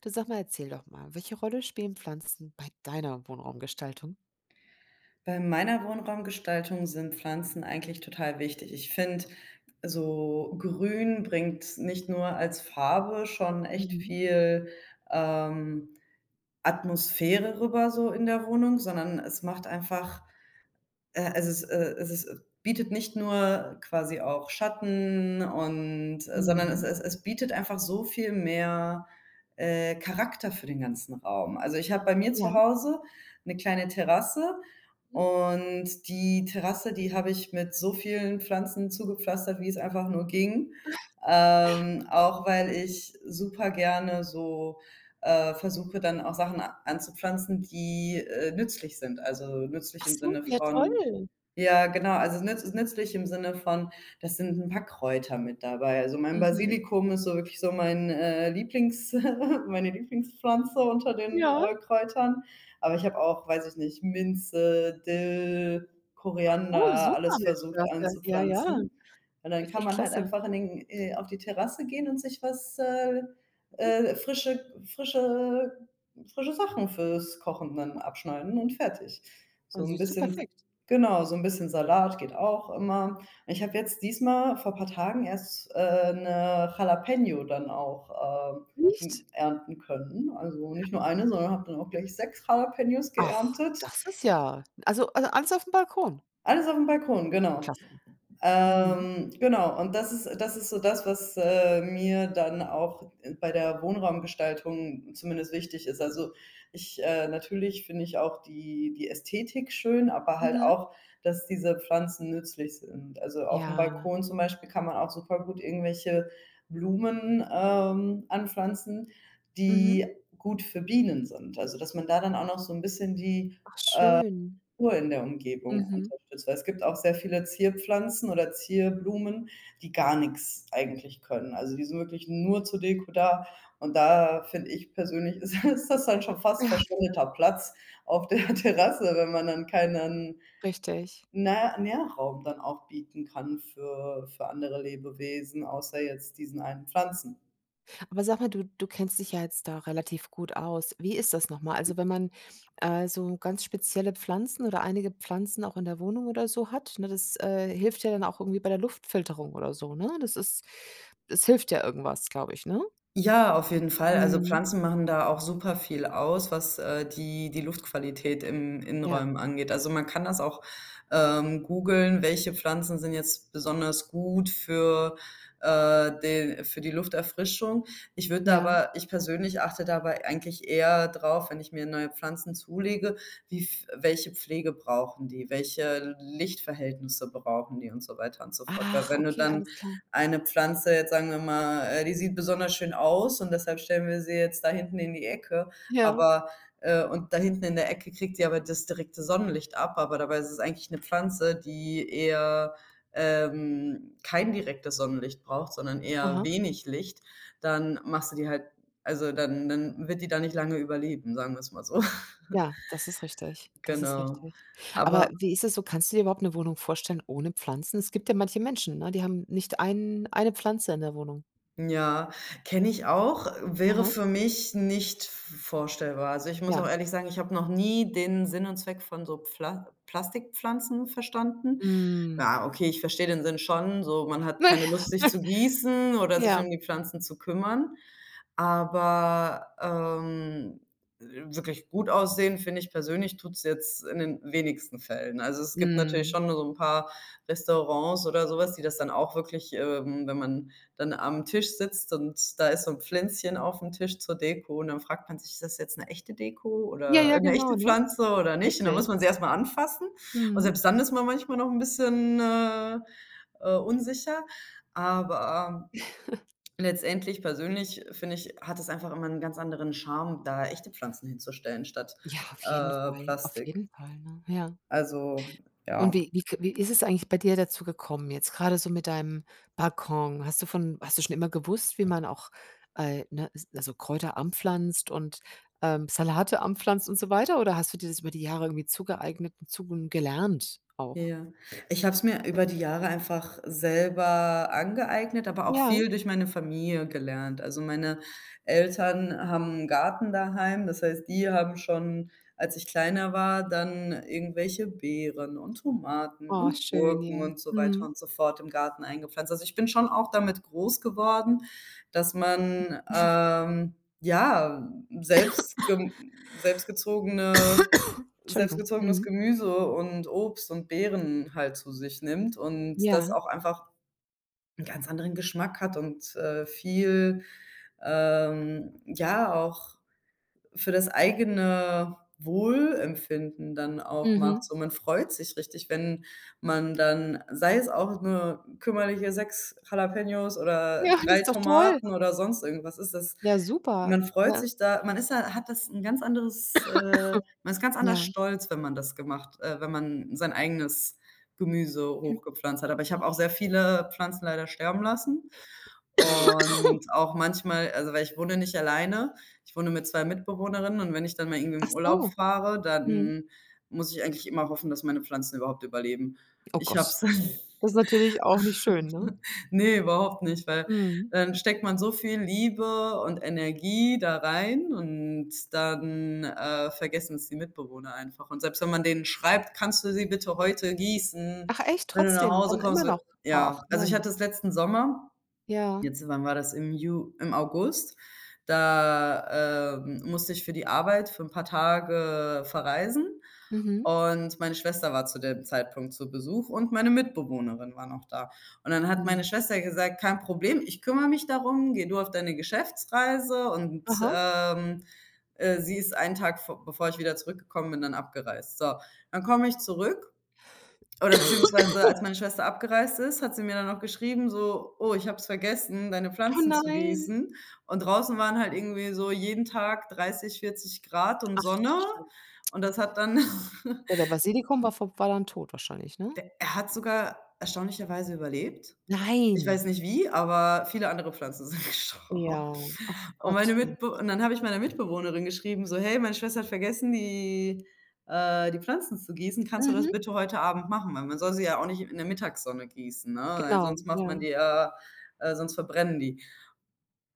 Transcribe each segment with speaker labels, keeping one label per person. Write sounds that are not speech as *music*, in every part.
Speaker 1: Du sag mal, erzähl doch mal, welche Rolle spielen Pflanzen bei deiner Wohnraumgestaltung?
Speaker 2: Bei meiner Wohnraumgestaltung sind Pflanzen eigentlich total wichtig. Ich finde, so grün bringt nicht nur als Farbe schon echt
Speaker 1: Mhm,
Speaker 2: viel, ähm, Atmosphäre rüber so in der Wohnung, sondern es macht einfach es ist bietet nicht nur quasi auch Schatten und sondern es
Speaker 1: mhm.
Speaker 2: es es bietet einfach so viel mehr, Charakter für den ganzen Raum. Also, ich habe bei mir
Speaker 1: Ja.
Speaker 2: zu Hause eine kleine Terrasse
Speaker 1: Mhm.
Speaker 2: und die Terrasse, die habe ich mit so vielen Pflanzen zugepflastert, wie es einfach nur ging. Auch weil ich super gerne so, versuche, dann auch Sachen a anzupflanzen, die, nützlich sind. Also, nützlich
Speaker 1: Ach
Speaker 2: im
Speaker 1: so,
Speaker 2: Sinne
Speaker 1: ja
Speaker 2: von,
Speaker 1: toll.
Speaker 2: ja, genau. Also nützlich im Sinne von, das sind ein paar Kräuter mit dabei. Also, mein
Speaker 1: Mhm.
Speaker 2: Basilikum ist so wirklich so mein, Lieblings *laughs* meine Lieblingspflanze unter den,
Speaker 1: Ja,
Speaker 2: Kräutern. Aber ich habe auch, weiß ich nicht, Minze, Dill,
Speaker 1: cool,
Speaker 2: Koriander,
Speaker 1: super
Speaker 2: alles
Speaker 1: Mensch, du
Speaker 2: versucht
Speaker 1: hast ja ja, ja,
Speaker 2: anzupflanzen. Und dann kann
Speaker 1: richtig
Speaker 2: man halt
Speaker 1: klasse.
Speaker 2: einfach in den auf die Terrasse gehen und sich was,
Speaker 1: Mhm.
Speaker 2: äh, frische frische frische Sachen fürs Kochen dann abschneiden und fertig.
Speaker 1: Ah,
Speaker 2: So ein
Speaker 1: siehst du,
Speaker 2: bisschen
Speaker 1: perfekt.
Speaker 2: Genau, so 'n bisschen Salat geht auch immer. Ich habe jetzt diesmal vor paar Tagen erst, 'ne Jalapeno dann auch, ähm,
Speaker 1: Nicht?
Speaker 2: ernten können. Also, nicht nur eine, sondern habe dann auch gleich 6 Jalapenos
Speaker 1: Ach,
Speaker 2: geerntet.
Speaker 1: das ist ja also alles auf dem Balkon.
Speaker 2: Alles aufm Balkon, genau.
Speaker 1: Klasse. Mhm.
Speaker 2: Genau, und das ist so das, was, mir dann auch bei der Wohnraumgestaltung zumindest wichtig ist. Also, ich natürlich finde ich auch die Ästhetik schön, aber halt
Speaker 1: Mhm.
Speaker 2: auch, dass diese Pflanzen nützlich sind. Also, auf dem
Speaker 1: Ja.
Speaker 2: Balkon zum Beispiel kann man auch super gut irgendwelche Blumen, anpflanzen,
Speaker 1: Mhm.
Speaker 2: die gut für Bienen sind. Also, dass man da dann auch noch so ein bisschen die
Speaker 1: Ach schön.
Speaker 2: Natur in der Umgebung
Speaker 1: Mhm.
Speaker 2: unterstützt. Weil es gibt auch sehr viele Zierpflanzen oder Zierblumen, die gar nichts eigentlich können. Also, die sind wirklich nur zur Deko da und da finde ich persönlich, *laughs* ist das dann schon fast
Speaker 1: Ja,
Speaker 2: verschwendeter Platz auf der *laughs* Terrasse, wenn man dann keinen
Speaker 1: richtig.
Speaker 2: Nährraum dann auch bieten kann für andere Lebewesen, außer jetzt diesen einen Pflanzen.
Speaker 1: Aber sag mal, du kennst dich ja jetzt da relativ gut aus. Wie ist das noch mal? Also, wenn man, so ganz spezielle Pflanzen oder einige Pflanzen auch in der Wohnung oder so hat, ne, das, hilft ja dann auch irgendwie bei der Luftfilterung oder so, ne? Das hilft ja irgendwas, glaube ich, ne?
Speaker 2: Ja, auf jeden Fall. Also,
Speaker 1: Mhm.
Speaker 2: Pflanzen machen da auch super viel aus, was, die Luftqualität im
Speaker 1: Ja,
Speaker 2: Innenräumen angeht. Also, man kann das auch, googeln, welche Pflanzen sind jetzt besonders gut für die Lufterfrischung. Ich würde da
Speaker 1: ja.
Speaker 2: aber ich persönlich achte dabei eigentlich eher drauf, wenn ich mir neue Pflanzen zulege, wie v welche Pflege brauchen die, welche Lichtverhältnisse brauchen die und so weiter und so fort. Weil
Speaker 1: Ach,
Speaker 2: wenn du
Speaker 1: okay,
Speaker 2: dann
Speaker 1: alles klar.
Speaker 2: eine Pflanze, jetzt sagen wir mal, die sieht besonders schön aus und deshalb stellen wir sie jetzt da hinten in die Ecke.
Speaker 1: Ja.
Speaker 2: Aber und da hinten in der Ecke kriegt sie aber das direkte Sonnenlicht ab, aber dabei ist es eigentlich eine Pflanze, die eher, kein direktes Sonnenlicht braucht, sondern eher
Speaker 1: Aha.
Speaker 2: wenig Licht. Dann machst du die halt also, dann wird die da nicht lange überleben, sagen wir es mal so. *laughs*
Speaker 1: Ja, das ist richtig. Das ist
Speaker 2: Genau.
Speaker 1: richtig.
Speaker 2: Aber
Speaker 1: Aber wie ist es so? Kannst du dir überhaupt eine Wohnung vorstellen ohne Pflanzen? Es gibt ja manche Menschen, ne, die haben nicht eine Pflanze in der Wohnung.
Speaker 2: Ja, kenne ich auch, wäre
Speaker 1: Aha,
Speaker 2: für mich nicht vorstellbar. Also, ich muss auch
Speaker 1: ja.
Speaker 2: ehrlich sagen, ich habe noch nie den Sinn und Zweck von so Pfla Plastikpflanzen verstanden.
Speaker 1: Mhm.
Speaker 2: Ja, okay, ich verstehe den Sinn schon, so man hat
Speaker 1: Ne.
Speaker 2: keine Lust, sich zu
Speaker 1: *laughs*
Speaker 2: gießen oder sich
Speaker 1: Ja.
Speaker 2: um die Pflanzen zu kümmern. Aber, wirklich gut aussehen, finde ich persönlich, tut es jetzt in den wenigsten Fällen. Also, es gibt natürlich
Speaker 1: Mhm.
Speaker 2: schon so ein paar Restaurants oder sowas, die das dann auch wirklich, wenn man dann am Tisch sitzt und da ist so ein Pflänzchen auf dem Tisch zur Deko und dann fragt man sich: „Ist das jetzt eine echte Deko
Speaker 1: Ja,
Speaker 2: oder
Speaker 1: ja,
Speaker 2: eine
Speaker 1: genau,
Speaker 2: echte
Speaker 1: ne?
Speaker 2: Pflanze oder nicht?" Und dann
Speaker 1: Richtig.
Speaker 2: muss man sie erst mal anfassen. Und
Speaker 1: Mhm.
Speaker 2: selbst dann ist man manchmal noch ein bisschen, unsicher. Aber Letztendlich persönlich, finde ich, hat es einfach immer einen ganz anderen Charme, da echte Pflanzen hinzustellen statt,
Speaker 1: Ja, Auf
Speaker 2: Plastik.
Speaker 1: jeden Fall, ne? Ja.
Speaker 2: Also,
Speaker 1: Und
Speaker 2: ja.
Speaker 1: wie ist es eigentlich bei dir dazu gekommen jetzt, gerade so mit deinem Balkon? Hast du schon immer gewusst, wie man auch, ne, s also Kräuter anpflanzt und, Salate anpflanzt und so weiter, oder hast du dir das über die Jahre irgendwie zugeeignet und zugen gelernt auch?
Speaker 2: Ja. Ich habe es mir über die Jahre einfach selber angeeignet, aber auch
Speaker 1: Ja?
Speaker 2: viel durch meine Familie gelernt. Also, meine Eltern haben einen Garten daheim, das heißt, die haben schon, als ich kleiner war, dann irgendwelche Beeren und Tomaten
Speaker 1: Oh,
Speaker 2: und
Speaker 1: schön,
Speaker 2: Gurken
Speaker 1: ja.
Speaker 2: und so weiter
Speaker 1: Mhm.
Speaker 2: und so fort im Garten eingepflanzt. Also, ich bin schon auch damit groß geworden, dass man, ja, selbst selbstgezogene
Speaker 1: Entschuldigung.
Speaker 2: selbstgezogenes
Speaker 1: Mhm.
Speaker 2: Gemüse und Obst und Beeren halt zu sich nimmt und das
Speaker 1: Ja.
Speaker 2: auch einfach 'n ganz anderen Geschmack hat und, viel, ja, auch für das eigene Wohlempfinden dann auch macht.
Speaker 1: Mhm.
Speaker 2: So, man freut sich richtig, wenn man dann sei es auch eine kümmerliche 6 Jalapenos oder
Speaker 1: Ja, das
Speaker 2: 3
Speaker 1: ist doch toll.
Speaker 2: Tomaten oder sonst irgendwas ist, das
Speaker 1: Ja, super,
Speaker 2: man freut
Speaker 1: ne?
Speaker 2: sich da, man ist da, hat das ein ganz anderes, man ist ganz anders
Speaker 1: Ja.
Speaker 2: stolz, wenn man das gemacht, wenn man sein eigenes Gemüse hochgepflanzt hat. Aber ich habe auch sehr viele Pflanzen leider sterben lassen und auch manchmal, also, weil ich wohne nicht alleine, ich wohne mit 2 Mitbewohnerinnen und wenn ich dann mal irgendwie in
Speaker 1: Ach
Speaker 2: Urlaub
Speaker 1: so.
Speaker 2: fahre,
Speaker 1: Mhm.
Speaker 2: dann muss ich eigentlich immer hoffen, dass meine Pflanzen überhaupt überleben.
Speaker 1: Oh
Speaker 2: Ich habe
Speaker 1: Gott,
Speaker 2: es,
Speaker 1: das ist
Speaker 2: *laughs*
Speaker 1: natürlich auch nicht schön, ne?
Speaker 2: ne, überhaupt nicht, weil
Speaker 1: Mhm.
Speaker 2: dann steckt man so viel Liebe und Energie da rein und dann, vergessen es die Mitbewohner einfach. Und selbst wenn man denen schreibt: „Kannst du sie bitte heute gießen,
Speaker 1: Ach echt,
Speaker 2: wenn du nach
Speaker 1: trotzdem,
Speaker 2: Hause
Speaker 1: dann immer
Speaker 2: kommst?"
Speaker 1: noch? Ach
Speaker 2: Ja, also ich
Speaker 1: Mann.
Speaker 2: hatte es letzten Sommer.
Speaker 1: Ja.
Speaker 2: Jetzt, wann war das? Im August. Da, musste ich für die Arbeit für 'n paar Tage verreisen
Speaker 1: Mhm.
Speaker 2: und meine Schwester war zu dem Zeitpunkt zu Besuch und meine Mitbewohnerin war noch da. Und dann hat meine
Speaker 1: Ja.
Speaker 2: Schwester gesagt: „Kein Problem, ich kümmere mich darum, geh du auf deine Geschäftsreise" und,
Speaker 1: Aha.
Speaker 2: sie ist einen Tag v bevor ich wieder zurückgekommen bin, dann abgereist. So, dann komme ich zurück, oder
Speaker 1: *coughs*
Speaker 2: beziehungsweise als meine Schwester abgereist ist, hat sie mir dann noch geschrieben so: „Oh, ich habe es vergessen, deine
Speaker 1: Oh
Speaker 2: Pflanzen zu
Speaker 1: nein.
Speaker 2: gießen." Und draußen waren halt irgendwie so jeden Tag 30, 40 Grad und
Speaker 1: Ach du
Speaker 2: Sonne
Speaker 1: Schande.
Speaker 2: und das hat dann
Speaker 1: Ja,
Speaker 2: *laughs*
Speaker 1: der Basilikum war dann tot wahrscheinlich, ne?
Speaker 2: Er hat sogar erstaunlicherweise überlebt. Ich weiß
Speaker 1: Nein.
Speaker 2: nicht wie, aber viele andere Pflanzen sind *laughs* gestorben.
Speaker 1: Ja. Ach
Speaker 2: Und meine
Speaker 1: Gott,
Speaker 2: Mitbe
Speaker 1: Mensch.
Speaker 2: und dann habe ich meiner Mitbewohnerin geschrieben, so: „Hey, meine Schwester hat vergessen, die Pflanzen zu gießen. Kannst du das
Speaker 1: Mhm.
Speaker 2: bitte heute Abend machen?" Weil man soll sie ja auch nicht in der Mittagssonne gießen, ne? Weil
Speaker 1: Genau,
Speaker 2: sonst macht man
Speaker 1: ja.
Speaker 2: die ja, sonst verbrennen die.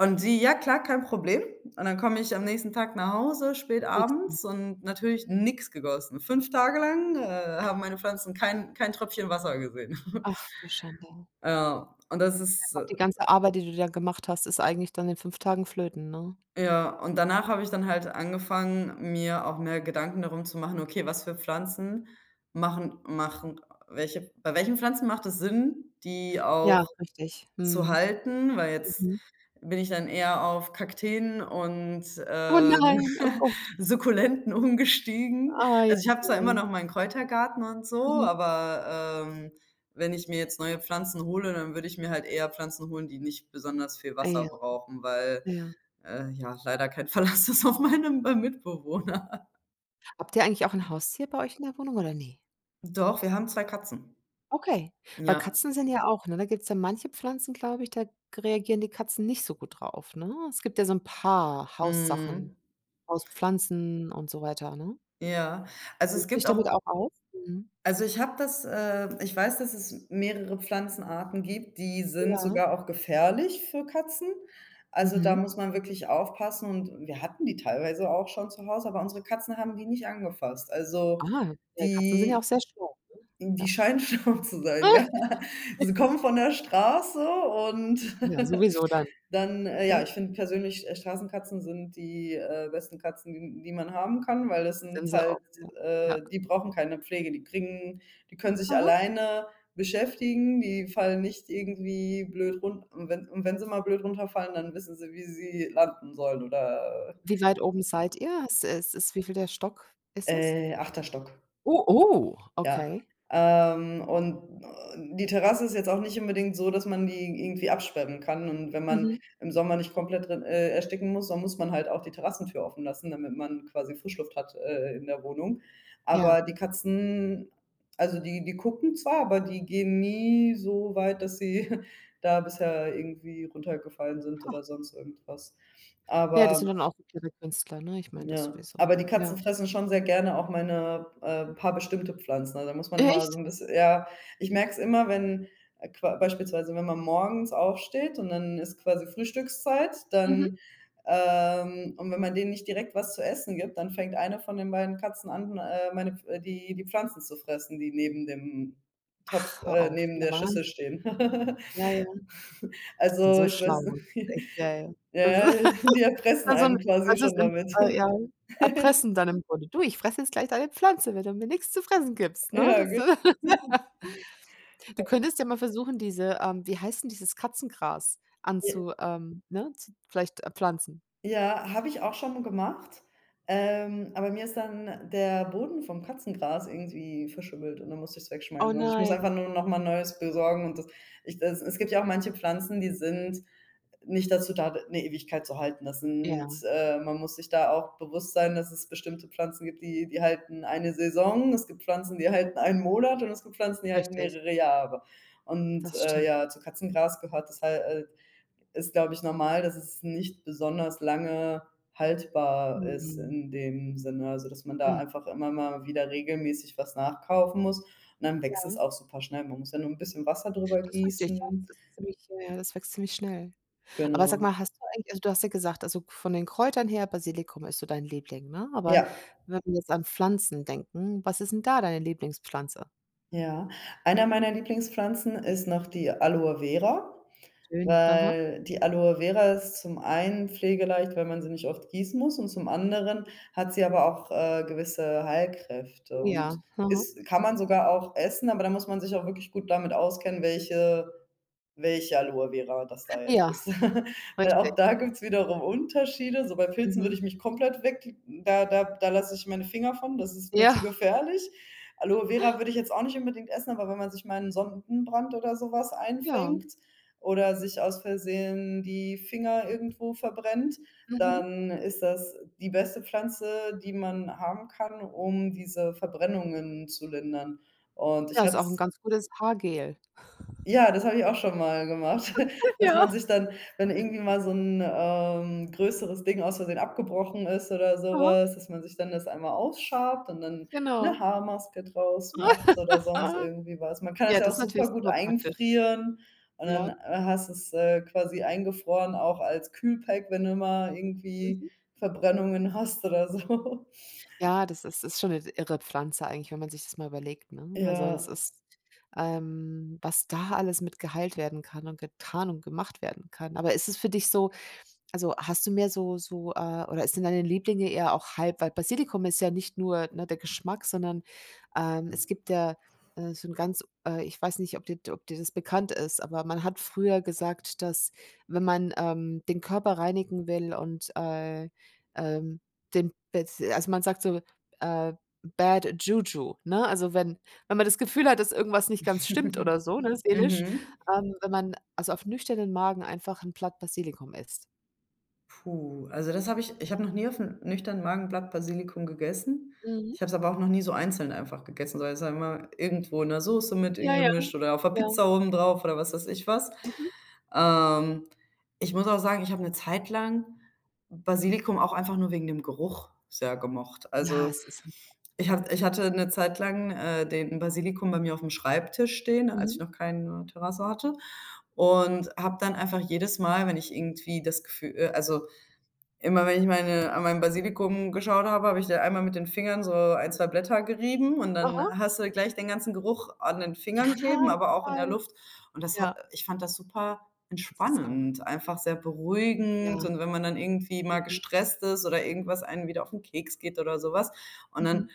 Speaker 2: Und sie: „Ja klar, kein Problem." Und dann komme ich am nächsten Tag nach Hause spät
Speaker 1: Nix mehr.
Speaker 2: abends und natürlich nix gegossen. 5 Tage lang, haben meine Pflanzen kein Tröpfchen Wasser gesehen. *laughs*
Speaker 1: Ach du Schande.
Speaker 2: Ja, und das
Speaker 1: Da
Speaker 2: ist,
Speaker 1: ist auch die ganze Arbeit, die du da gemacht hast, ist eigentlich dann in 5 Tagen flöten, ne?
Speaker 2: ja, und danach habe ich dann halt angefangen, mir auch mehr Gedanken darum zu machen: „Okay, was für Pflanzen machen machen welche bei welchen Pflanzen macht es Sinn, die
Speaker 1: Ja,
Speaker 2: auch
Speaker 1: richtig.
Speaker 2: zu
Speaker 1: Mhm.
Speaker 2: halten?" Weil jetzt
Speaker 1: Mhm.
Speaker 2: Bin ich dann eher auf Kakteen und,
Speaker 1: Oh nein, oh Gott.
Speaker 2: *laughs* Sukkulenten umgestiegen.
Speaker 1: Ei,
Speaker 2: Also, ich habe zwar immer
Speaker 1: ei.
Speaker 2: noch meinen Kräutergarten und so,
Speaker 1: Mhm.
Speaker 2: aber, wenn ich mir jetzt neue Pflanzen hole, dann würde ich mir halt eher Pflanzen holen, die nicht besonders viel Wasser
Speaker 1: Ja,
Speaker 2: brauchen, weil,
Speaker 1: ja.
Speaker 2: ja, leider kein *laughs* Verlass ist auf meinem, Mitbewohner.
Speaker 1: Habt ihr eigentlich auch 'n Haustier bei euch in der Wohnung, oder ne?
Speaker 2: Doch, wir haben 2 Katzen.
Speaker 1: Okay, weil
Speaker 2: Ja.
Speaker 1: Katzen sind ja auch, ne, da gibt's ja manche Pflanzen, glaube ich, da reagieren die Katzen nicht so gut drauf, ne? Es gibt ja so 'n paar Haussachen,
Speaker 2: Mhm.
Speaker 1: Hauspflanzen und so weiter, ne?
Speaker 2: Ja. Also, es
Speaker 1: Kennst du dich
Speaker 2: gibt
Speaker 1: damit
Speaker 2: auch
Speaker 1: auch aus? Mhm.
Speaker 2: Also, ich weiß, dass es mehrere Pflanzenarten gibt, die sind
Speaker 1: Ja.
Speaker 2: sogar auch gefährlich für Katzen. Also, da
Speaker 1: Mhm.
Speaker 2: muss man wirklich aufpassen und wir hatten die teilweise auch schon zu Hause, aber unsere Katzen haben die nicht angefasst. Also,
Speaker 1: Ah, ja, Katzen sind ja auch
Speaker 2: die
Speaker 1: sehr schlau, ne?
Speaker 2: die
Speaker 1: Ja.
Speaker 2: scheinen *laughs* schlau zu sein, ja. Sie kommen von der Straße und
Speaker 1: Ja, sowieso dann,
Speaker 2: *laughs* Dann, ja,
Speaker 1: ne?
Speaker 2: ich finde persönlich, Straßenkatzen sind die, besten Katzen, die die man haben kann, weil das
Speaker 1: Sind
Speaker 2: sind
Speaker 1: sie
Speaker 2: halt,
Speaker 1: auch, ja. Ja.
Speaker 2: die brauchen keine Pflege. Die können sich
Speaker 1: Aha.
Speaker 2: alleine beschäftigen, die fallen nicht irgendwie blöd runter und wenn sie mal blöd runterfallen, dann wissen sie, wie sie landen sollen oder,
Speaker 1: Wie weit oben seid ihr? Es ist, wie viel der Stock ist es?
Speaker 2: 8.
Speaker 1: Oh, oh,
Speaker 2: Ja,
Speaker 1: okay.
Speaker 2: und, die Terrasse ist jetzt auch nicht unbedingt so, dass man die irgendwie absperren kann und wenn man
Speaker 1: Mhm,
Speaker 2: im Sommer nicht komplett drin, ersticken muss, dann muss man halt auch die Terrassentür offen lassen, damit man quasi Frischluft hat, in der Wohnung. Aber
Speaker 1: ja.
Speaker 2: die Katzen, also die gucken zwar, aber die gehen nie so weit, dass sie *laughs* da bisher irgendwie runtergefallen sind oder sonst irgendwas.
Speaker 1: Ja, das sind
Speaker 2: Aber
Speaker 1: dann auch *unintelligible* andere Künstler, ne? Ich meine das
Speaker 2: ja,
Speaker 1: sowieso,
Speaker 2: aber
Speaker 1: ne?
Speaker 2: die Katzen
Speaker 1: Ja.
Speaker 2: fressen schon sehr gerne auch meine, paar bestimmte Pflanzen. Also, da muss man immer so
Speaker 1: Echt?
Speaker 2: 'n bisschen ja, ich merke es immer, wenn, qua beispielsweise, wenn man morgens aufsteht und dann ist quasi Frühstückszeit,
Speaker 1: Mhm.
Speaker 2: dann und wenn man denen nicht direkt was zu essen gibt, dann fängt eine von den beiden Katzen an, meine Pf die die Pflanzen zu fressen, die neben dem Topf
Speaker 1: Ach, hör auf.
Speaker 2: neben
Speaker 1: Ja,
Speaker 2: der Schüssel
Speaker 1: Wahnsinn.
Speaker 2: stehen. *laughs*
Speaker 1: Ja, ja, die sind
Speaker 2: Also,
Speaker 1: so
Speaker 2: ich
Speaker 1: schlau.
Speaker 2: weiß
Speaker 1: Das ist
Speaker 2: nicht.
Speaker 1: echt,
Speaker 2: *laughs*
Speaker 1: ja, ja. Das ist
Speaker 2: Ja,
Speaker 1: *laughs*
Speaker 2: die erpressen
Speaker 1: dann so 'n,
Speaker 2: einen quasi
Speaker 1: das
Speaker 2: schon
Speaker 1: ist im
Speaker 2: damit.
Speaker 1: ja, erpressen dann im Grunde. „Du, ich fresse jetzt gleich deine Pflanze, wenn du mir nix zu fressen gibst", ne?
Speaker 2: Ja,
Speaker 1: Das
Speaker 2: ge
Speaker 1: *laughs* du könntest ja mal versuchen, diese, wie heißt 'n dieses Katzengras,
Speaker 2: J
Speaker 1: anzu ne, zu vielleicht, pflanzen.
Speaker 2: Ja, habe ich auch schon gemacht, aber mir ist dann der Boden vom Katzengras irgendwie verschimmelt und dann musste ich's
Speaker 1: Oh
Speaker 2: wegschmeißen. Also, ich muss einfach
Speaker 1: nein.
Speaker 2: nur noch mal Neues besorgen und das ich das es gibt ja auch manche Pflanzen, die sind nicht dazu da, 'ne Ewigkeit zu halten. Das
Speaker 1: Ja,
Speaker 2: sind Man muss sich da auch bewusst sein, dass es bestimmte Pflanzen gibt, die die halten eine Saison, es gibt Pflanzen, die halten einen Monat und es gibt Pflanzen, die halten
Speaker 1: richtig.
Speaker 2: mehrere Jahre. Und,
Speaker 1: Das stimmt.
Speaker 2: ja, zu Katzengras gehört das halt, ist, glaube ich, normal, dass es nicht besonders lange haltbar ist
Speaker 1: Mhm.
Speaker 2: in dem Sinne. Also, dass man da
Speaker 1: Mhm.
Speaker 2: einfach immer mal wieder regelmäßig was nachkaufen muss und dann wächst es
Speaker 1: Ja,
Speaker 2: auch super schnell. Man muss ja nur ein bisschen Wasser drüber
Speaker 1: das ist richtig. Ja,
Speaker 2: gießen.
Speaker 1: das ist ziemlich, ja, ja, das wächst ziemlich schnell. Aber sag
Speaker 2: Genau.
Speaker 1: mal, hast du eigentlich, also, du hast ja gesagt, also, von den Kräutern her, Basilikum ist so dein Liebling, ne? Aber
Speaker 2: Ja,
Speaker 1: wenn wir jetzt an Pflanzen denken, was ist 'n da deine Lieblingspflanze?
Speaker 2: ja. Einer meiner Lieblingspflanzen ist noch die Aloe Vera.
Speaker 1: Schön. Aha.
Speaker 2: Weil die Aloe Vera ist zum einen pflegeleicht, weil man sie nicht oft gießen muss und zum anderen hat sie aber auch, gewisse Heilkräfte und
Speaker 1: Ja. Mhm.
Speaker 2: ist kann man sogar auch essen, aber da muss man sich auch wirklich gut damit auskennen, welche Aloe Vera das da jetzt
Speaker 1: Ja,
Speaker 2: ist. *laughs* Weil
Speaker 1: richtig.
Speaker 2: auch da gibt's wiederum Unterschiede. So bei Pilzen würde
Speaker 1: Mhm.
Speaker 2: ich mich komplett weg da lasse ich meine Finger von, das ist mir zu
Speaker 1: Ja,
Speaker 2: gefährlich. Aloe Vera würde ich jetzt auch nicht unbedingt essen, aber wenn man sich mal einen Sonnenbrand oder sowas
Speaker 1: ja.
Speaker 2: einfängt oder sich aus Versehen die Finger irgendwo verbrennt,
Speaker 1: Mhm.
Speaker 2: dann ist das die beste Pflanze, die man haben kann, um diese Verbrennungen zu lindern. Und ich
Speaker 1: Ja, ist
Speaker 2: hatte
Speaker 1: auch 'n ganz gutes Haargel.
Speaker 2: ja, das habe ich auch schon mal gemacht,
Speaker 1: *laughs*
Speaker 2: *laughs* dass
Speaker 1: Ja.
Speaker 2: man sich dann wenn irgendwie mal so 'n, größeres Ding aus Versehen abgebrochen ist oder so
Speaker 1: Aha.
Speaker 2: was, dass man sich dann das einmal ausschabt und dann 'ne
Speaker 1: Genau.
Speaker 2: Haarmaske draus macht
Speaker 1: *laughs*
Speaker 2: oder sonst irgendwie was. Man kann das
Speaker 1: Ja,
Speaker 2: ja auch
Speaker 1: das ist
Speaker 2: super
Speaker 1: natürlich
Speaker 2: gut
Speaker 1: super praktisch.
Speaker 2: einfrieren und dann,
Speaker 1: Ja.
Speaker 2: hast du's, quasi eingefroren, auch als Kühlpack, wenn du mal irgendwie
Speaker 1: Mhm.
Speaker 2: Verbrennungen hast oder so. *laughs*
Speaker 1: Ja, das ist schon eine irre Pflanze eigentlich, wenn man sich das mal überlegt, ne? Also, das
Speaker 2: Ja.
Speaker 1: ist, was da alles mit geheilt werden kann und getan und gemacht werden kann. Aber ist es für dich so, also, hast du mehr so oder sind deine Lieblinge eher auch halb, weil Basilikum ist ja nicht nur, ne, der Geschmack, sondern, es gibt ja, so ein ganz ich weiß nicht, ob dir das bekannt ist, aber man hat früher gesagt, dass, wenn man, den Körper reinigen will und, ähm, den also, man sagt so, äh, Bad Juju, ne? Also, wenn man das Gefühl hat, dass irgendwas nicht ganz stimmt oder so, ne, seelisch,
Speaker 2: Mhm.
Speaker 1: wenn man, also, auf nüchternen Magen einfach 'n Blatt Basilikum isst.
Speaker 2: Puh, also das habe ich ich habe noch nie auf'm nüchternen Magen Blatt Basilikum gegessen.
Speaker 1: Mhm.
Speaker 2: Ich habe es aber auch noch nie so einzeln einfach gegessen, sondern es war immer irgendwo in der Soße mit
Speaker 1: Ja, ja.
Speaker 2: eingemischt oder auf 'ner
Speaker 1: Ja.
Speaker 2: Pizza oben drauf oder was weiß ich was.
Speaker 1: Mhm.
Speaker 2: Ähm, ich muss auch sagen, ich habe eine Zeit lang Basilikum auch einfach nur wegen dem Geruch sehr gemocht.
Speaker 1: Ja,
Speaker 2: Also,
Speaker 1: es riecht auch toll,
Speaker 2: ich
Speaker 1: ja.
Speaker 2: hatte
Speaker 1: Es
Speaker 2: eine Zeit lang, den Basilikum bei mir auf dem Schreibtisch stehen, als ich
Speaker 1: Mhm.
Speaker 2: noch keine Terrasse hatte und habe dann einfach jedes Mal, wenn ich irgendwie das Gefühl, immer wenn ich meine an meinem Basilikum geschaut habe, habe ich da einmal mit den Fingern so ein 2 Blätter gerieben und dann
Speaker 1: Aha.
Speaker 2: hast du gleich den ganzen Geruch an den
Speaker 1: Ja,
Speaker 2: Fingern kleben, aber auch in der
Speaker 1: total.
Speaker 2: Luft. Und das hat
Speaker 1: Ja,
Speaker 2: ich fand das super
Speaker 1: ist es auch.
Speaker 2: entspannend, einfach sehr beruhigend
Speaker 1: Ja.
Speaker 2: und wenn man dann irgendwie mal
Speaker 1: Mhm.
Speaker 2: gestresst ist oder irgendwas einen wieder auf den Keks geht oder sowas und dann
Speaker 1: Mhm.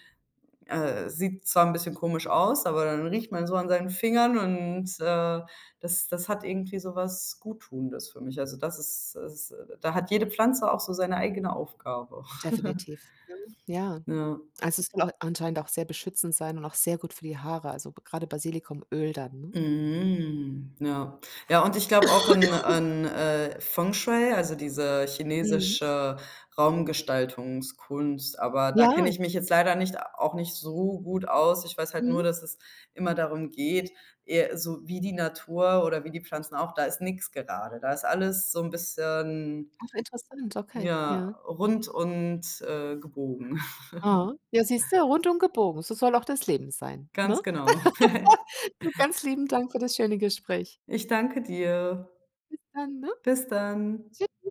Speaker 2: sieht zwar 'n bisschen komisch aus, aber dann riecht man so an seinen Fingern und, das hat irgendwie so was Guttunendes für mich. Also, das ist ist da hat jede Pflanze auch so seine eigene Aufgabe. *laughs*
Speaker 1: Definitiv. Ja. Ja.
Speaker 2: Ja.
Speaker 1: Also, es soll auch anscheinend auch sehr beschützend sein und auch sehr gut für die Haare, also, grade Basilikumöl dann, ne?
Speaker 2: Mhm, ja. Ja, und ich glaube auch an an Feng Shui, also diese
Speaker 1: Mhm.
Speaker 2: chinesische Raumgestaltungskunst, aber da kenne
Speaker 1: Ja,
Speaker 2: ich mich jetzt leider nicht auch nicht so gut aus. Ich weiß halt nur,
Speaker 1: mhm.
Speaker 2: dass es immer darum geht, eher so wie die Natur oder wie die Pflanzen auch, da ist nichts gerade. Da ist alles so ein bisschen,
Speaker 1: Ach, interessant, okay,
Speaker 2: ja,
Speaker 1: ja.
Speaker 2: rund und, gebogen. *laughs*
Speaker 1: Ah, ja, siehst du, rundum gebogen. So soll auch das Leben sein,
Speaker 2: Ganz
Speaker 1: ne?
Speaker 2: genau. *laughs*
Speaker 1: *laughs* Du, ganz lieben Dank für das schöne Gespräch.
Speaker 2: Ich danke dir.
Speaker 1: Bis dann, ne?
Speaker 2: Bis dann.
Speaker 1: Tschü